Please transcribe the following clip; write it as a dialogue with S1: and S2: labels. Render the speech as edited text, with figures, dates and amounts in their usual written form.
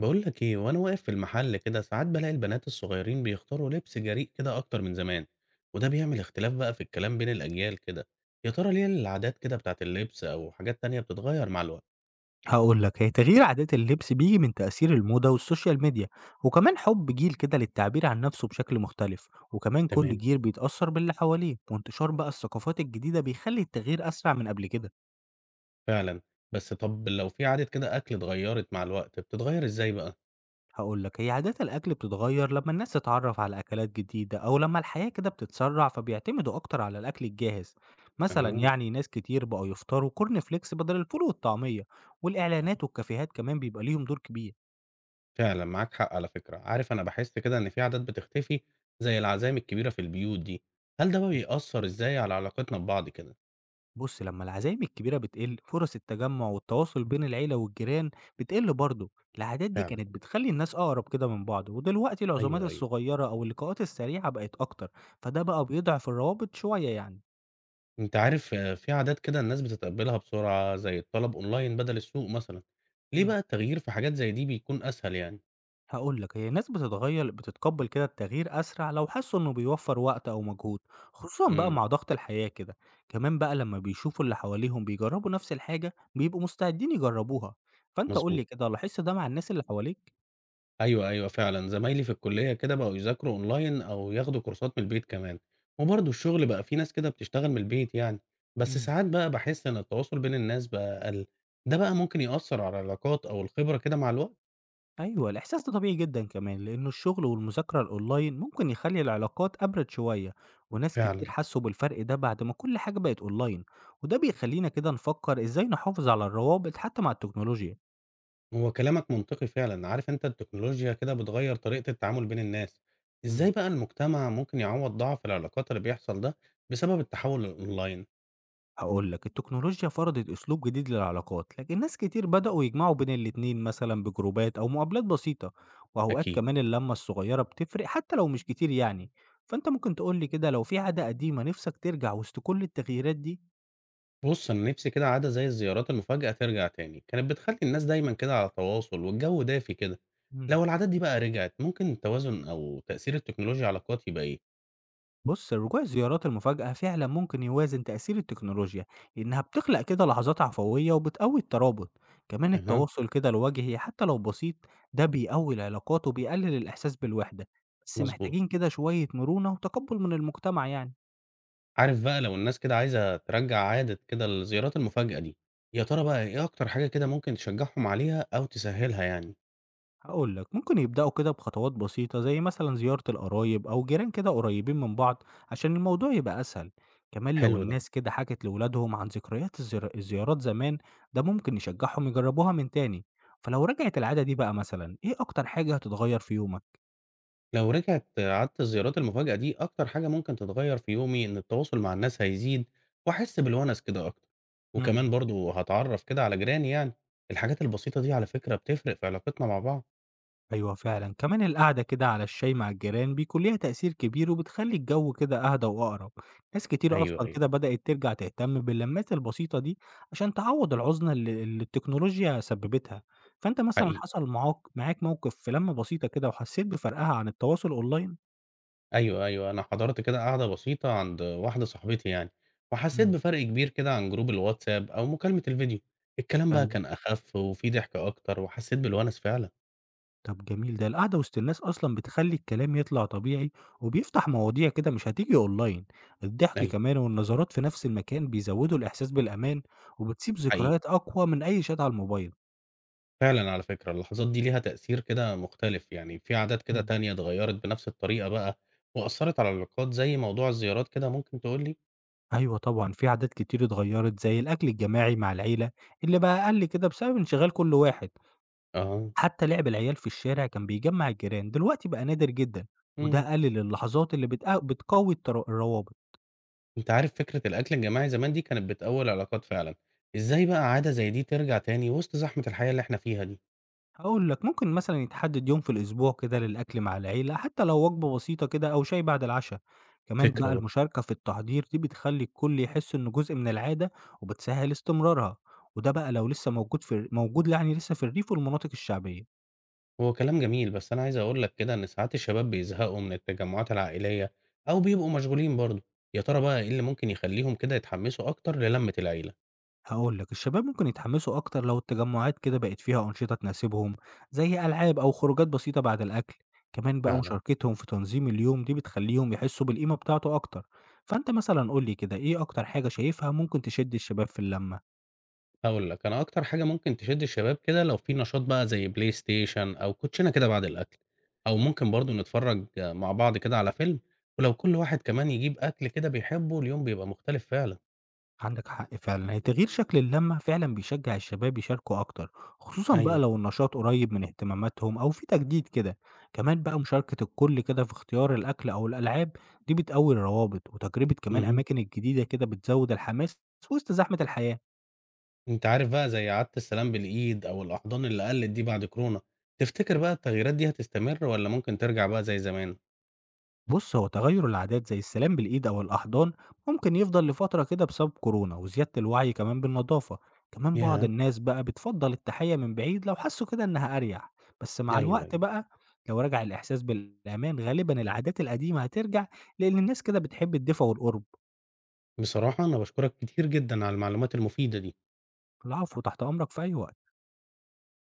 S1: بقول لك ايه وانا واقف في المحل كده ساعات بلاقي البنات الصغيرين بيختاروا لبس جريء كده اكتر من زمان. وده بيعمل اختلاف بقى في الكلام بين الاجيال كده. يا ترى ليه العادات كده بتاعت اللبس او حاجات تانية بتتغير مع الوقت؟
S2: هاقول لك، هي تغيير عادات اللبس بييجي من تأثير الموضة والسوشيال ميديا، وكمان حُب جيل كده للتعبير عن نفسه بشكل مختلف، وكمان كل
S1: تمام.
S2: جيل بيتأثّر باللي حواليه، وانتشار بقى الثقافات الجديدة بيخلّي التغيير أسرع من قبل كده.
S1: فعلا. بس طب لو في عادة كده اكل اتغيرت مع الوقت بتتغير ازاي بقى؟
S2: هاقول لك هي عادات الأكل بتتغيّر لمّا الناس تتعرّف على أكلات جديدة، أو لمّا الحياة كده بتتسرّع فبيعتمدوا أكتر على الأكل الجاهز، مثلًا
S1: اها.
S2: يعني ناس كتير بقوا يفطروا corn flakes بدل الفول والطعمية،
S1: صح.
S2: والإعلانات والكافيهات كمان بيبقى ليهم دور كبير.
S1: فعلا معاك حق، على فكرة، عارف انا بحس كده ان في عادات بتختفي زي العزايم الكبيرة في البيوت دي. هل ده بقى بيأثر ازاي على علاقتنا ببعض كده؟
S2: بص لما العزايم الكبيرة بتقل فرص التجمع والتواصل بين العيلة والجيران بتقل برضه، العادات دي
S1: فعلا.
S2: كانت بتخلي الناس أقرب كده من بعض، ودلوقتي العزومات
S1: ايوه، ايوه.
S2: الصغيرة أو اللقاءات السريعة بقت أكتر، فده بقى بيضعف الروابط شوية يعني.
S1: أنت عارف في عادات كده الناس بتتقبلها بسرعة زي الطلب أونلاين بدل السوق مثلًا، ليه
S2: مم.
S1: بقى التغيير في حاجات زي دي بيكون أسهل يعني؟
S2: هقول لك هي الناس بتتغير بتتقبل كده التغيير أسرع لو حسوا إنه بيوفر وقت أو مجهود، خصوصا بقى
S1: إمم.
S2: مع ضغط الحياة كده، كمان بقى لما بيشوفوا اللي حواليهم بيجربوا نفس الحاجة بيبقوا مستعدين يجربوها. فأنت قول
S1: مضبوط.
S2: لي كده لاحظت ده مع الناس اللي حواليك؟
S1: أيوه، أيوه، فعلًا زمايلي في الكلية كده بقوا يذاكروا أونلاين أو ياخدوا كورسات من البيت كمان، وبرضه الشغل بقى في ناس كده بتشتغل من البيت يعني، بس
S2: مم.
S1: ساعات بقى باحس إن التواصل بين الناس بقى أقل، ده بقى ممكن يأثر على العلاقات أو الخبرة كده مع الوقت؟
S2: أيوه، الإحساس ده طبيعي جدًا كمان، لإنه الشغل والمذاكرة الأونلاين ممكن يخلّي العلاقات أبرد شوية، وناس كتير
S1: فعلًا.
S2: حسّوا بالفرق ده بعد ما كل حاجة بقت أونلاين، وده بيخلّينا كده نفكّر إزاي نحافظ على الروابط حتى مع التكنولوجيا.
S1: هو كلامك منطقي فعلا. عارف انت، التكنولوجيا كده بتغير طريقة التعامل بين الناس. ازاي
S2: إمم.
S1: بقى المجتمع ممكن يعوض ضعف العلاقات اللي بيحصل ده بسبب التحول الاونلاين؟
S2: هاقول لك، التكنولوجيا فرضت أسلوب جديد للعلاقات، لكن ناس كتير بدأوا يجمعوا بين الاتنين مثلًا بجروبات أو مقابلات بسيطة، وأوقات
S1: اكيد.
S2: كمان اللمة الصغيرة بتفرق حتى لو مش كتير يعني. فأنت ممكن تقول لي كده لو في عادة قديمة نِفْسك ترجع وسط كل التغييرات دي؟
S1: بص انا نفسي كده عادة زي الزيارات المفاجئة ترجع تاني، كانت بتخلي الناس دايما كده على تواصل والجو دافي كده.
S2: إمم.
S1: لو العادات دي بقى رجعت ممكن التوازن او تأثير التكنولوجيا على العلاقات يبقى ايه؟
S2: بص رجوع الزيارات المفاجأة فعلا ممكن يوازن تأثير التكنولوجيا، لأنها بتخلق كده لحظات عفوية وبتقوي الترابط، كمان
S1: اها.
S2: التواصل كده الوجهي حتى لو بسيط ده بيقوي العلاقات وبيقلل الإحساس بالوحدة، بس
S1: مظبوط.
S2: محتاجين كده شوية مرونة وتقبل من المجتمع يعني.
S1: عارف بقى، لو الناس كده عايزة ترجع عادة كده الزيارات المفاجئة دي، يا ترى بقى ايه اكتر حاجة كده ممكن تشجعهم عليها او تسهلها يعني؟
S2: هقول لك ممكن يبدأوا كده بخطوات بسيطة زي مثلا زيارة القرايب أو جيران كده قريبين من بعض عشان الموضوع يبقى أسهل، كمان لو
S1: حلو ده.
S2: الناس كده حكت لولادهم عن ذكريات الزيارات زمان، ده ممكن يشجعهم يجربوها من تاني. فلو رجعت العادة دي بقى مثلا إيه أكتر حاجة هتتغير في يومك؟
S1: لو رجعت عادة الزيارات المفاجأة دي، أكتر حاجة ممكن تتغيّر في يومي إن التواصل مع الناس هيزيد، وأحس بالونس كده أكتر،
S2: مم.
S1: وكمان برضه هاتعرّف كده على جيراني يعني. الحاجات البسيطة دي على فكرة بتفرق في علاقتنا مع بعض.
S2: أيوه فعلًا، كمان القعدة كده على الشاي مع الجيران بيكون ليها تأثير كبير وبتخلّي الجو كده أهدى وأقرب، ناس كتير
S1: أيوه،
S2: أصلًا
S1: أيوه.
S2: كده بدأت ترجع تهتم باللمات البسيطة دي عشان تعوّض العُزلة اللي التكنولوجيا سبّبتها، فأنت مثلًا
S1: حقيقي.
S2: حصل معاك موقف في لمة بسيطة كده وحسّيت بفرقها عن التواصل أونلاين؟
S1: أيوه، أيوه، أنا حضرت كده قعدة بسيطة عند واحدة صاحبتي يعني، وحسيت
S2: إمم،
S1: بفرق كبير كده عن جروب الواتساب أو مكالمة الفيديو، الكلام بقى
S2: أيوه.
S1: كان أخف وفيه ضحك أكتر وحسيت بالونس فعلًا.
S2: طب جميل ده القعدة وسط الناس أصلًا بتخلّي الكلام يطلع طبيعي، وبيفتح مواضيع كده مش هتيجي أونلاين، الضحك
S1: أيوه.
S2: كمان والنظرات في نفس المكان بيزودوا الإحساس بالأمان، وبتسيب
S1: حقيقي.
S2: ذكريات أقوى من أي شات على الموبايل.
S1: فعلًا على فكرة، اللحظات دي ليها تأثير كده مختلف، يعني في عادات كده
S2: إمم.
S1: تانية اتغيّرت بنفس الطريقة بقى وأثّرت على العلاقات زي موضوع الزيارات كده، ممكن تقول لي؟
S2: أيوه طبعًا في عادات كتير اتغيّرت زي الأكل الجماعي مع العيلة اللي بقى أقل كده بسبب انشغال كل واحد،
S1: آه.
S2: حتى لعب العيال في الشارع كان بيجمّع الجيران دلوقتي بقى نادر جدًا،
S1: إمم.
S2: وده قلل اللحظات اللي بتقوي الروابط.
S1: أنت عارف فكرة الأكل الجماعي زمان دي كانت بتقوي العلاقات فعلًا، إزاي بقى عادة زي دي ترجع تاني وسط زحمة الحياة اللي إحنا فيها دي؟
S2: هاقول لك، ممكن مثلًا يتحدد يوم في الأسبوع كده للأكل مع العيلة، حتى لو وجبة بسيطة كده أو شاي بعد العشا. كمان
S1: فكرة
S2: بقى
S1: برضه.
S2: المشاركة في التحضير دي بتخلّي الكل يحس إنه جزء من العادة، وبتسهّل استمرارها، وده بقى لو لسه موجود يعني لسه في الريف والمناطق الشعبية.
S1: هو كلام جميل، بس أنا عايز أقول لك كده إن ساعات الشباب بيزهقوا من التجمعات العائلية أو بيبقوا مشغولين برضه، يا ترى بقى إيه اللي ممكن يخلّيهم كده يتحمسوا أكتر للمة العيلة؟
S2: هقول لك الشباب ممكن يتحمسوا أكتر لو التجمعات كده بقت فيها أنشطة تناسبهم زي ألعاب أو خروجات بسيطة بعد الأكل، كمان بقى
S1: فعلًا.
S2: مشاركتهم في تنظيم اليوم دي بتخليهم يحسوا بالقيمة بتاعته أكتر. فأنت مثلا قول لي كده إيه أكتر حاجة شايفها ممكن تشد الشباب في اللمة؟
S1: هاقول لك، أنا أكتر حاجة ممكن تشد الشباب كده لو في نشاط بقى زي بلاي ستيشن أو كوتشينة كده بعد الأكل، أو ممكن برضه نتفرّج مع بعض كده على فيلم، ولو كل واحد كمان يجيب أكل كده بيحبه، اليوم بيبقى مختلف فعلًا.
S2: عندك حق فعلا يعني تغيير شكل اللمة فعلا بيشجع الشباب يشاركوا أكتر، خصوصا بقى
S1: أيوه.
S2: لو النشاط قريب من اهتماماتهم أو في تجديد كده، كمان بقى مشاركة الكل كده في اختيار الأكل أو الألعاب دي بتقوي الروابط، وتجربة كمان
S1: اهم.
S2: أماكن الجديدة كده بتزود الحماس وسط زحمة الحياة.
S1: أنت عارف بقى زي عادة السلام بالإيد أو الأحضان اللي قلّت دي بعد كورونا، تفتكر بقى التغييرات دي هتستمر والّا ممكن ترجع بقى زي زمان؟
S2: بص هو تغير العادات زي السلام بالإيد أو الأحضان ممكن يفضل لفترة كده بسبب كورونا وزيادة الوعي كمان بالنظافة، كمان بعض
S1: ياه!
S2: الناس بقى بتفضل التحية من بعيد لو حسوا كده إنها أريح، بس مع
S1: أيوه،
S2: الوقت
S1: أيوه.
S2: بقى لو رجع الإحساس بالأمان غالبا العادات القديمة هترجع، لأن الناس كده بتحب الدفء والقرب.
S1: بصراحة أنا باشكرك كتير جدًا على المعلومات المفيدة دي.
S2: العفو تحت أمرك في أي وقت.